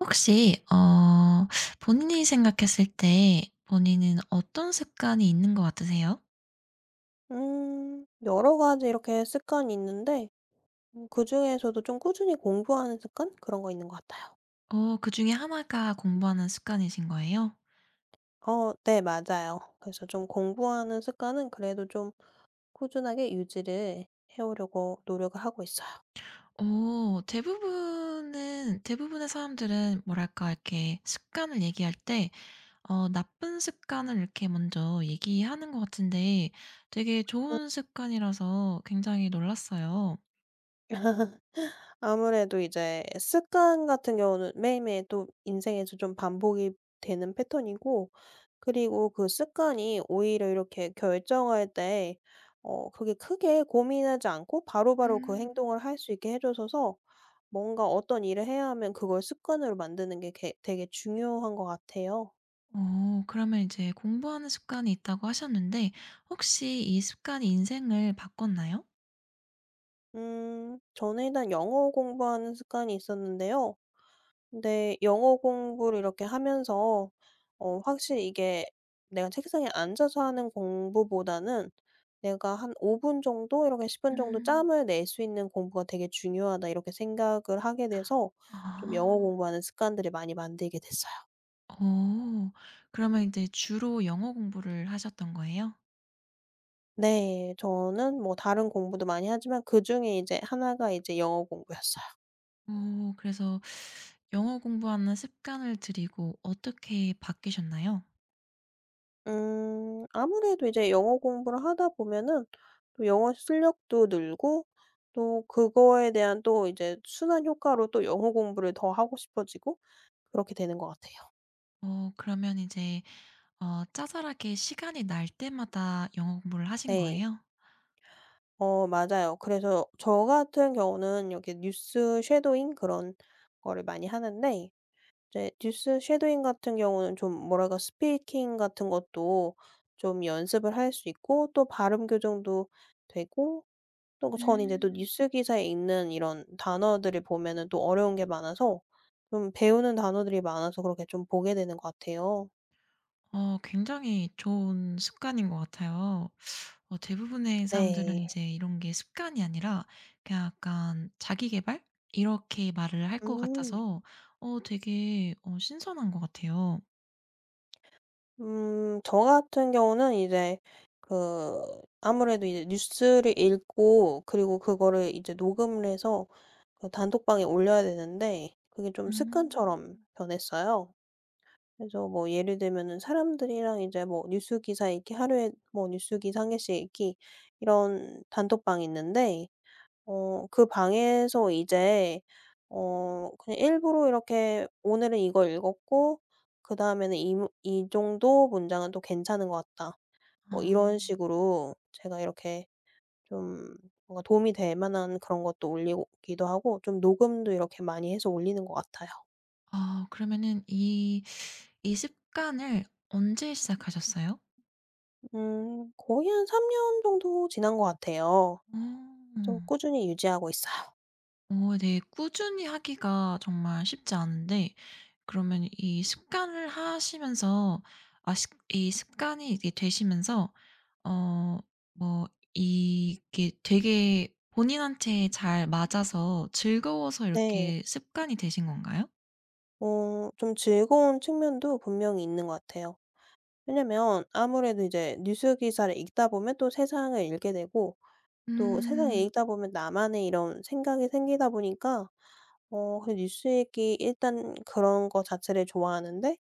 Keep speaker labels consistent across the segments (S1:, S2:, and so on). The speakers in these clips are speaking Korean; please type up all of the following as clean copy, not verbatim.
S1: 혹시 본인이 생각했을 때 본인은 어떤 습관이 있는 것 같으세요?
S2: 여러 가지 이렇게 습관이 있는데 그중에서도 좀 꾸준히 공부하는 습관? 그런 거 있는 것 같아요.
S1: 그중에 하나가 공부하는 습관이신 거예요?
S2: 어 네, 맞아요. 그래서 좀 공부하는 습관은 그래도 좀 꾸준하게 유지를 해 오려고 노력을 하고 있어요.
S1: 어 대부분은 대부분의 사람들은 뭐랄까 이렇게 습관을 얘기할 때 나쁜 습관을 이렇게 먼저 얘기하는 것 같은데 되게 좋은 습관이라서 굉장히 놀랐어요.
S2: 아무래도 이제 습관 같은 경우는 매일매일 또 인생에서 좀 반복이 되는 패턴이고, 그리고 그 습관이 오히려 이렇게 결정할 때 그게 크게 고민하지 않고 바로바로 그
S1: 음.
S2: 행동을 할 수 있게 해줘서, 뭔가 어떤 일을 해야 하면 그걸 습관으로 만드는 게 되게 중요한 것 같아요.
S1: 그러면 이제 공부하는 습관이 있다고 하셨는데 혹시 이 습관이 인생을 바꿨나요?
S2: 저는 일단 영어 공부하는 습관이 있었는데요. 근데 영어 공부를 이렇게 하면서 확실히 이게, 내가 책상에 앉아서 하는 공부보다는 내가 한 5분 정도, 이렇게 10분 정도
S1: 음.
S2: 짬을 낼 수 있는 공부가 되게 중요하다, 이렇게 생각을 하게 돼서 좀
S1: 아.
S2: 영어 공부하는 습관들을 많이 만들게 됐어요.
S1: 어. 그러면 이제 주로 영어 공부를 하셨던 거예요?
S2: 네. 저는 뭐 다른 공부도 많이 하지만 그중에 이제 하나가 이제 영어 공부였어요.
S1: 그래서 영어 공부하는 습관을 들이고 어떻게 바뀌셨나요?
S2: 아무래도 이제 영어 공부를 하다 보면은 또 영어 실력도 늘고, 또 그거에 대한 또 이제 순환 효과로 또 영어 공부를 더 하고 싶어지고, 그렇게 되는 것 같아요.
S1: 그러면 이제 짜잘하게 시간이 날 때마다 영어 공부를 하신
S2: 네.
S1: 거예요?
S2: 어 맞아요. 그래서 저 같은 경우는 여기 뉴스 쉐도잉 그런 거를 많이 하는데, 이제 뉴스 쉐도잉 같은 경우는 좀 뭐랄까, 스피킹 같은 것도 좀 연습을 할 수 있고 또 발음 교정도 되고, 또 그 전이제 또
S1: 음.
S2: 뉴스 기사에 있는 이런 단어들을 보면은 또 어려운 게 많아서 좀 배우는 단어들이 많아서 그렇게 좀 보게 되는 것 같아요.
S1: 굉장히 좋은 습관인 것 같아요. 대부분의 사람들은 이
S2: 네.
S1: 제 이런 게 습관이 아니라 그냥 약간 자기 개발 이렇게 말을 할 것
S2: 음.
S1: 같아서 되게 신선한 것 같아요.
S2: 저 같은 경우는 이제 그 아무래도 이제 뉴스를 읽고, 그리고 그거를 이제 녹음을 해서 그 단톡방에 올려야 되는데 그게 좀 습관처럼
S1: 음.
S2: 변했어요. 그래서 뭐 예를 들면은 사람들이랑 이제 뭐 뉴스 기사 읽기, 하루에 뭐 뉴스 기사 한 개씩 읽기, 이런 단톡방이 있는데 그 방에서 이제 그냥 일부러 이렇게 "오늘은 이걸 읽었고, 그다음에는 이 정도 문장은 또 괜찮은 것 같다." 뭐 이런
S1: 아.
S2: 식으로 제가 이렇게 좀 뭔가 도움이 될 만한 그런 것도 올리고 기도 하고 좀 녹음도 이렇게 많이 해서 올리는 것 같아요.
S1: 아 그러면은 이 습관을 언제 시작하셨어요?
S2: 거의 한 3년 정도 지난 것 같아요.
S1: 어.
S2: 좀 꾸준히 유지하고 있어요.
S1: 어 네. 꾸준히 하기가 정말 쉽지 않은데 그러면 이 습관을 하시면서 아 습 이 습관이 이게 되시면서 어 뭐 이게 되게 본인한테 잘 맞아서 즐거워서
S2: 네.
S1: 이렇게 습관이 되신 건가요?
S2: 어 좀 즐거운 측면도 분명히 있는 것 같아요. 왜냐면 아무래도 이제 뉴스 기사를 읽다 보면 또 세상을 읽게 되고, 또 세상을
S1: 음.
S2: 읽다 보면 나만의 이런 생각이 생기다 보니까 그 뉴스 읽기, 일단 그런 거 자체를 좋아하는데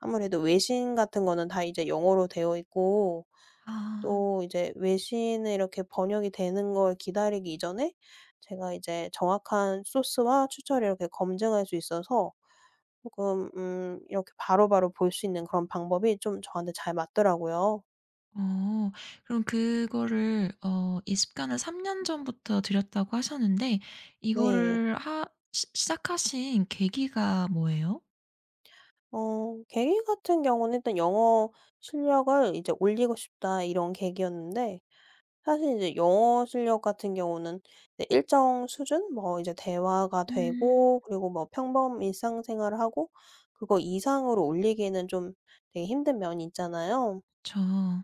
S2: 아무래도 외신 같은 거는 다 이제 영어로 되어 있고,
S1: 아.
S2: 또 이제 외신에 이렇게 번역이 되는 걸 기다리기 이전에 제가 이제 정확한 소스와 추천을 이렇게 검증할 수 있어서 조금 이렇게 바로바로 볼 수 있는 그런 방법이 좀 저한테 잘 맞더라고요.
S1: 어. 그럼 그거를 이 습관을 3년 전부터 들였다고 하셨는데
S2: 네.
S1: 이거를 하 시 시작하신 계기가 뭐예요?
S2: 계기 같은 경우는 일단 '영어 실력을 이제 올리고 싶다.' 이런 계기였는데, 사실 이제 영어 실력 같은 경우는 이제 일정 수준, 뭐 이제 대화가
S1: 음.
S2: 되고 그리고 뭐 평범 일상생활을 하고, 그거 이상으로 올리기에는 좀 되게 힘든 면이 있잖아요.
S1: 저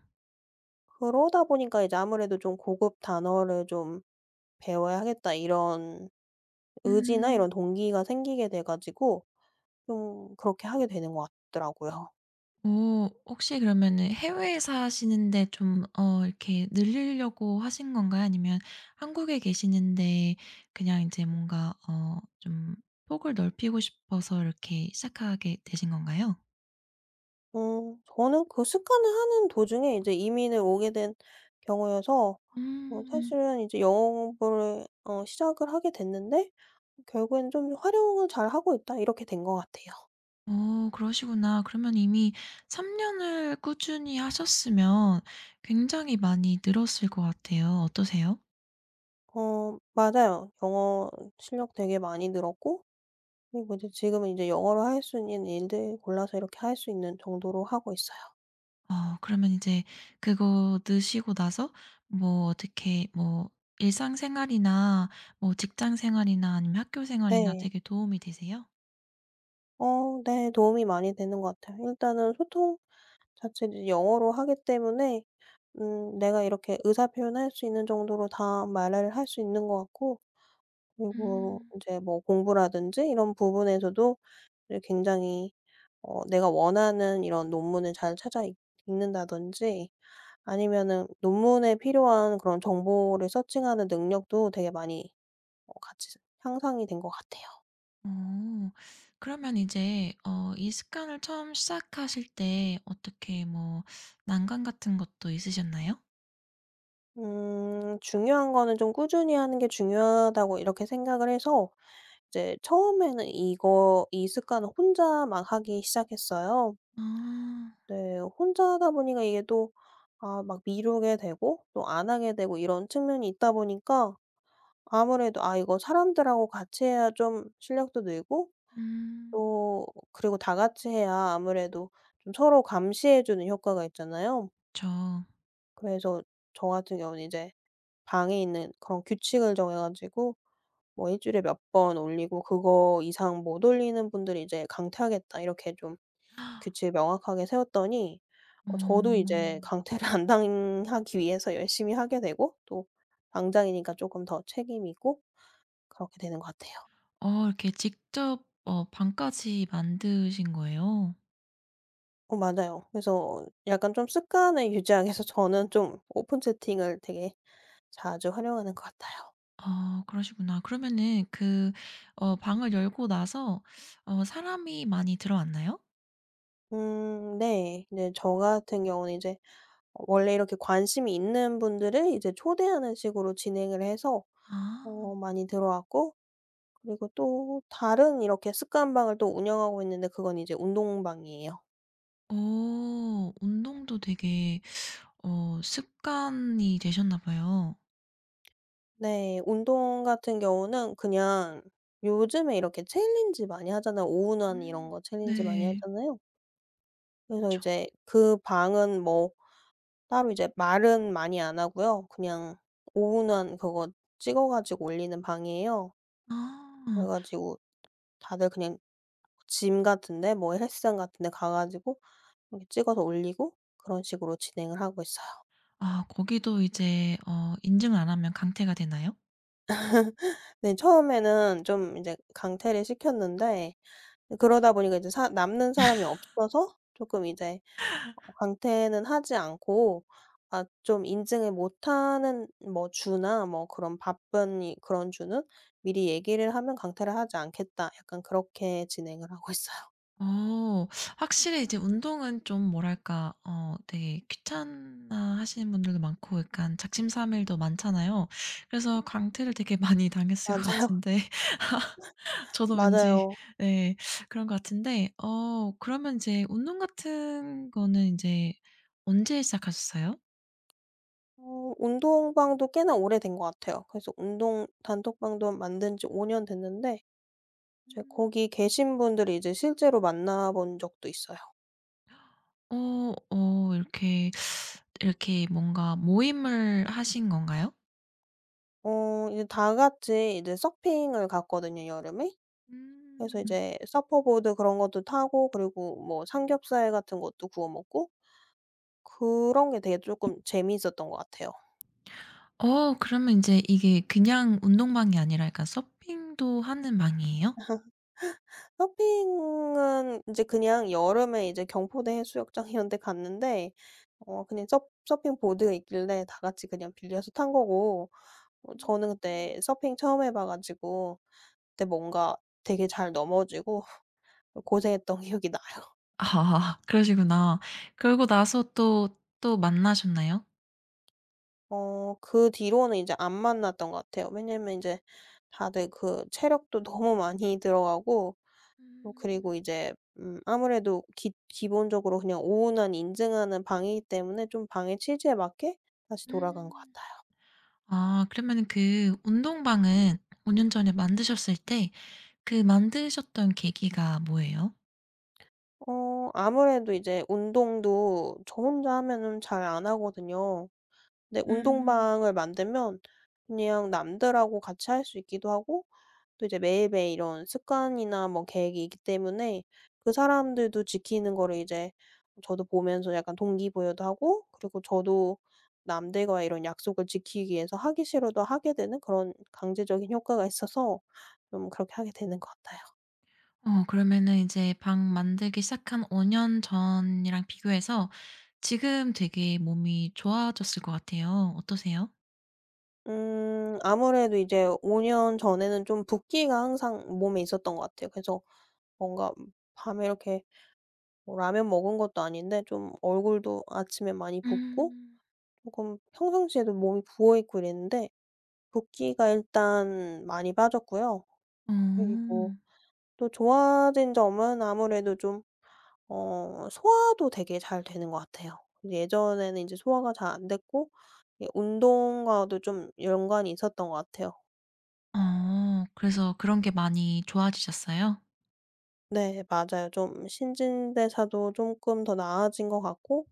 S2: 그러다 보니까 이제 아무래도 좀 '고급 단어를 좀 배워야 하겠다.' 이런 의지나
S1: 음.
S2: 이런 동기가 생기게 돼 가지고 좀 그렇게 하게 되는 것 같더라고요.
S1: 오 혹시 그러면은 해외에 사시는데 좀 이렇게 늘리려고 하신 건가요? 아니면 한국에 계시는데 그냥 이제 뭔가 좀 폭을 넓히고 싶어서 이렇게 시작하게 되신 건가요?
S2: 어 저는 그 습관을 하는 도중에 이제 이민을 오게 된 경우여서
S1: 음.
S2: 사실은 이제 영어 공부를 시작을 하게 됐는데, 결국엔 '좀 활용을 잘하고 있다.' 이렇게 된 것 같아요.
S1: 그러시구나. 그러면 이미 3 년을 꾸준히 하셨으면 굉장히 많이 늘었을 것 같아요. 어떠세요?
S2: 어 맞아요. 영어 실력 되게 많이 늘었고, 그리고 이제 지금은 이제 영어로 할 수 있는 일들 골라서 이렇게 할 수 있는 정도로 하고 있어요.
S1: 그러면 이제 그거 넣으시고 나서 뭐 어떻게 뭐 일상생활이나 뭐 직장생활이나 아니면 학교생활이나
S2: 네.
S1: 되게 도움이 되세요?
S2: 어 네. 도움이 많이 되는 것 같아요. 일단은 소통 자체를 영어로 하기 때문에 내가 이렇게 의사 표현할 수 있는 정도로 다 말을 할 수 있는 것 같고, 그리고
S1: 음.
S2: 이제 뭐 공부라든지 이런 부분에서도 이제 굉장히 내가 원하는 이런 논문을 잘 찾아 읽 읽는다든지, 아니면은 논문에 필요한 그런 정보를 서칭하는 능력도 되게 많이 같이 향상이 된 것 같아요.
S1: 어. 그러면 이제 이 습관을 처음 시작하실 때 어떻게 뭐 난관 같은 것도 있으셨나요?
S2: 중요한 거는 좀 꾸준히 하는 게 중요하다고 이렇게 생각을 해서 이제 처음에는 이거 이 습관을 혼자만 하기 시작했어요.
S1: 아.
S2: 네. 혼자 하다 보니까 이게 또 아 막 미루게 되고 또 안 하게 되고 이런 측면이 있다 보니까 아무래도 '아, 이거 사람들하고 같이 해야 좀 실력도 늘고,
S1: 음.
S2: 또 그리고 다 같이 해야 아무래도 좀 서로 감시해 주는 효과가 있잖아요.'
S1: 그쵸.
S2: 그래서 저 같은 경우는 이제 방에 있는 그런 규칙을 정해 가지고, 뭐 일 주일에 몇 번 올리고 그거 이상 못 올리는 분들이 이제 '강퇴하겠다.' 이렇게 좀 규칙을 명확하게 세웠더니, 어 저도
S1: 어.
S2: 이제 강퇴를 안 당하기 위해서 열심히 하게 되고, 또 당장이니까 쪼끔 더 책임이 있고, 그렇게 되는 것 같아요.
S1: 이렇게 직접 방까지 만드신 거예요?
S2: 어 맞아요. 그래서 약간 좀 습관을 유지하기 위해서 저는 좀 오픈 채팅을 되게 자주 활용하는 것 같아요.
S1: 아 그러시구나. 그러면은 그 방을 열고 나서 사람이 많이 들어왔나요?
S2: 네. 이제 저 같은 경우는 이제 원래 이렇게 관심이 있는 분들을 이제 초대하는 식으로 진행을 해서
S1: 아.
S2: 많이 들어왔고, 그리고 또 다른 이렇게 습관방을 또 운영하고 있는데 그건 이제 운동방이에요.
S1: 오, 운동도 되게 습관이 되셨나 봐요.
S2: 네. 운동 같은 경우는 그냥 요즘에 이렇게 챌린지 많이 하잖아요. 오운환 이런
S1: 음.
S2: 거 챌린지 많이
S1: 네.
S2: 하잖아요. 그래서
S1: 그쵸.
S2: 이제 그 방은 뭐 따로 이제 말은 많이 안 하고요. 그냥 오운환 그거 찍어 가지고 올리는 방이에요. 그래
S1: 아.
S2: 가지고 다들 그냥 짐 같은 데, 뭐 헬스장 같은 데 가 가지고 이렇게 찍어서 올리고 그런 식으로 진행을 하고 있어요.
S1: 아 거기도 이제 인증을 안 하면 강퇴가 되나요?
S2: 네, 처음에는 좀 이제 강퇴를 시켰는데 그러다 보니까 이제 사 남는 사람이 없어서 쪼끔 이제 강퇴는 하지 않고, 아 좀 인증을 못하는 뭐 주나 뭐 그런 바쁜 이 그런 주는 미리 얘기를 하면 "강퇴를 하지 않겠다." 약간 그렇게 진행을 하고 있어요.
S1: 어. 확실히 이제 운동은 좀 뭐랄까 되게 귀찮아하시는 분들도 많고 약간 작심삼일도 많잖아요. 그래서 강퇴를 되게 많이 당했을 것
S2: 맞아요.
S1: 같은데 저도 왠지
S2: 맞아요.
S1: 네 그런 것 같은데 그러면 이제 운동 같은 거는 이제 언제 시작하셨어요?
S2: 어 운동방도 꽤나 오래된 것 같아요. 그래서 운동 단톡방도 만든 지 5년 됐는데, 이제
S1: 음.
S2: 거기 계신 분들을 이제 실제로 만나 본 적도 있어요.
S1: 이렇게 이렇게 뭔가 모임을 하신 건가요?
S2: 어 이제 다 같이 이제 서핑을 갔거든요, 여름에. 그래서
S1: 음.
S2: 이제 서퍼보드 그런 것도 타고, 그리고 뭐 삼겹살 같은 것도 구워 먹고, 그런 게 되게 쪼끔 재미있었던 것 같아요.
S1: 그러면 인제 이게 그냥 운동방이 아니라 약간 서핑도 하는 방이에요?
S2: 서핑은 인제 그냥 여름에 이제 경포대 해수욕장 이런 데 갔는데 그냥 서 서핑보드가 있길래 다 같이 그냥 빌려서 탄 거고, 어 저는
S1: 음.
S2: 그때 서핑 처음 해봐 가지고 그때 뭔가 되게 잘 넘어지고 고생했던 기억이 나요.
S1: 아 그러시구나. 그러고 나서 또, 또 만나셨나요?
S2: 어 그 뒤로는 이제 안 만났던 것 같아요. 왜냐면 이제 다들 그 체력도 너무 많이 들어가고, 또
S1: 음.
S2: 그리고 이제 아무래도 기 기본적으로 그냥 오운환 인증하는 방이기 때문에 좀 방의 취지에 맞게 다시 돌아간 것
S1: 음.
S2: 같아요.
S1: 아 그러면은 그 운동방은 5년 전에 만드셨을 때 그 만드셨던 계기가 뭐예요?
S2: 어 아무래도 이제 운동도 저 혼자 하면은 잘 안 하거든요. 네.
S1: 음.
S2: 운동방을 만들면 그냥 남들하고 같이 할 수 있기도 하고, 또 이제 매일매일 이런 습관이나 뭐 계획이 있기 때문에 그 사람들도 지키는 거를 이제 저도 보면서 약간 동기부여도 하고, 그리고 저도 남들과 이런 약속을 지키기 위해서 하기 싫어도 하게 되는 그런 강제적인 효과가 있어서 좀 그렇게 하게 되는 것 같아요.
S1: 그러면은 이제 방 만들기 시작한 5년 전이랑 비교해서 지금 되게 몸이 좋아졌을 것 같아요. 어떠세요?
S2: 아무래도 이제 5년 전에는 좀 붓기가 항상 몸에 있었던 것 같아요. 그래서 뭔가 밤에 이렇게 뭐 라면 먹은 것도 아닌데 좀 얼굴도 아침에 많이 붓고,
S1: 음.
S2: 조금 평상시에도 몸이 부어 있고 이랬는데, 붓기가 일단 많이 빠졌고요.
S1: 어.
S2: 그리고 또 좋아진 점은 아무래도 좀 소화도 되게 잘 되는 것 같아요. 예전에는 이제 소화가 잘 안 됐고, 이 운동과도 좀 연관이 있었던 것 같아요.
S1: 어. 그래서 그런 게 많이 좋아지셨어요?
S2: 네 맞아요. 좀 신진대사도 쪼끔 더 나아진 것 같고,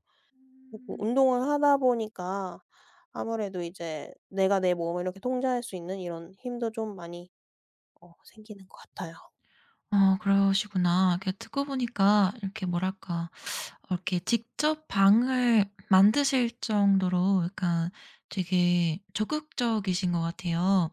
S2: 그리고
S1: 음.
S2: 운동을 하다 보니까 아무래도 이제 내가 내 몸을 이렇게 통제할 수 있는 이런 힘도 좀 많이 생기는 것 같아요.
S1: 그러시구나. 이렇게 듣고 보니까 이렇게 뭐랄까 이렇게 직접 방을 만드실 정도로 약간 되게 적극적이신 것 같아요.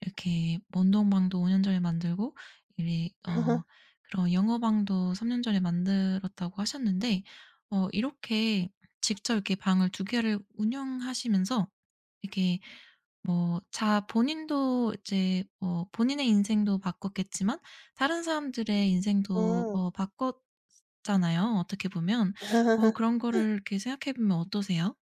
S1: 이렇게 원동방도 5년 전에 만들고 이어 그런 영어방도 3년 전에 만들었다고 하셨는데 이렇게 직접 이렇게 방을 두 개를 운영하시면서 이렇게 뭐 자 본인도 이제 뭐 본인의 인생도 바꿨겠지만 다른 사람들의 인생도
S2: 음.
S1: 바꿨잖아요, 어떻게 보면. 그런 거를 이렇게 생각해 보면 어떠세요?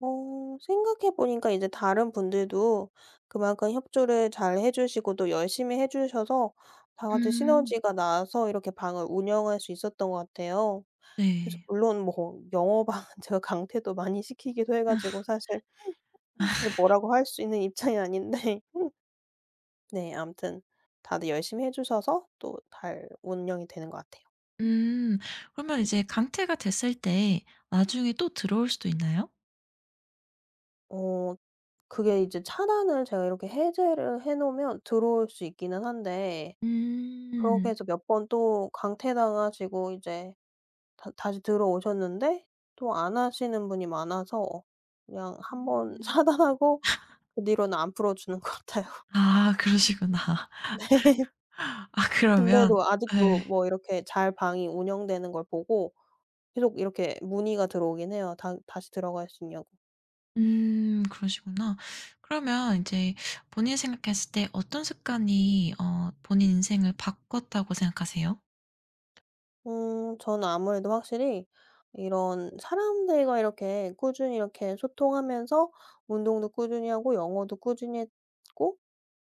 S2: 어 생각해 보니까 이제 다른 분들도 그만큼 협조를 잘 해 주시고 또 열심히 해 주셔서, 다 같이
S1: 음.
S2: 시너지가 나서 이렇게 방을 운영할 수 있었던 것 같아요. 그래서
S1: 네.
S2: 물론 뭐 영어방은 제가 강퇴도 많이 시키기도 해 가지고 사실 뭐라고 할 수 있는 입장이 아닌데, 네, 아무튼 다들 열심히 해 주셔서 또 잘 운영이 되는 것 같아요.
S1: 음. 그러면 이제 강퇴가 됐을 때 나중에 또 들어올 수도 있나요?
S2: 어 그게 이제 차단을 제가 이렇게 해제를 해 놓으면 들어올 수 있기는 한데, 그렇게
S1: 음.
S2: 해서 몇 번 또 강퇴당하시고 이제 다 다시 들어오셨는데 또 안 하시는 분이 많아서 그냥 한번
S1: 음.
S2: 차단하고 그 뒤로는 안 풀어주는 것 같아요.
S1: 아 그러시구나. 아 그러면
S2: 근데도
S1: 예.
S2: 아직도 뭐 이렇게 잘 방이 운영되는 걸 보고 계속 이렇게 문의가 들어오긴 해요. 다 다시 들어갈 수 있냐고.
S1: 그러시구나. 그러면 이제 본인이 생각했을 때 어떤 습관이 본인 인생을 바꿨다고 생각하세요?
S2: 저는 아무래도 확실히 이런 사람들과 이렇게 꾸준히 이렇게 소통하면서 운동도 꾸준히 하고 영어도 꾸준히 했고,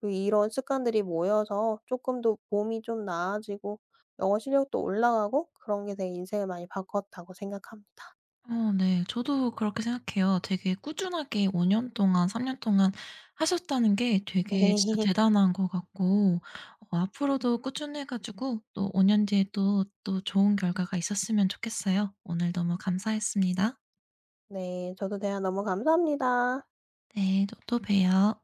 S2: 그리고 이런 습관들이 모여서 조금 더 몸이 좀 나아지고, 영어 실력도 올라가고, 그런 게 제 인생을 많이 바꿨다고 생각합니다.
S1: 어 네. 저도 그렇게 생각해요. 되게 꾸준하게 5년 동안 3년 동안 하셨다는 게 되게 진짜
S2: 네.
S1: 대단한 것 같고 앞으로도 꾸준해 가지고 또 5년 뒤에 또, 또 좋은 결과가 있었으면 좋겠어요. 오늘 너무 감사했습니다.
S2: 네. 저도 대화 너무 감사합니다.
S1: 네. 또, 또 봬요.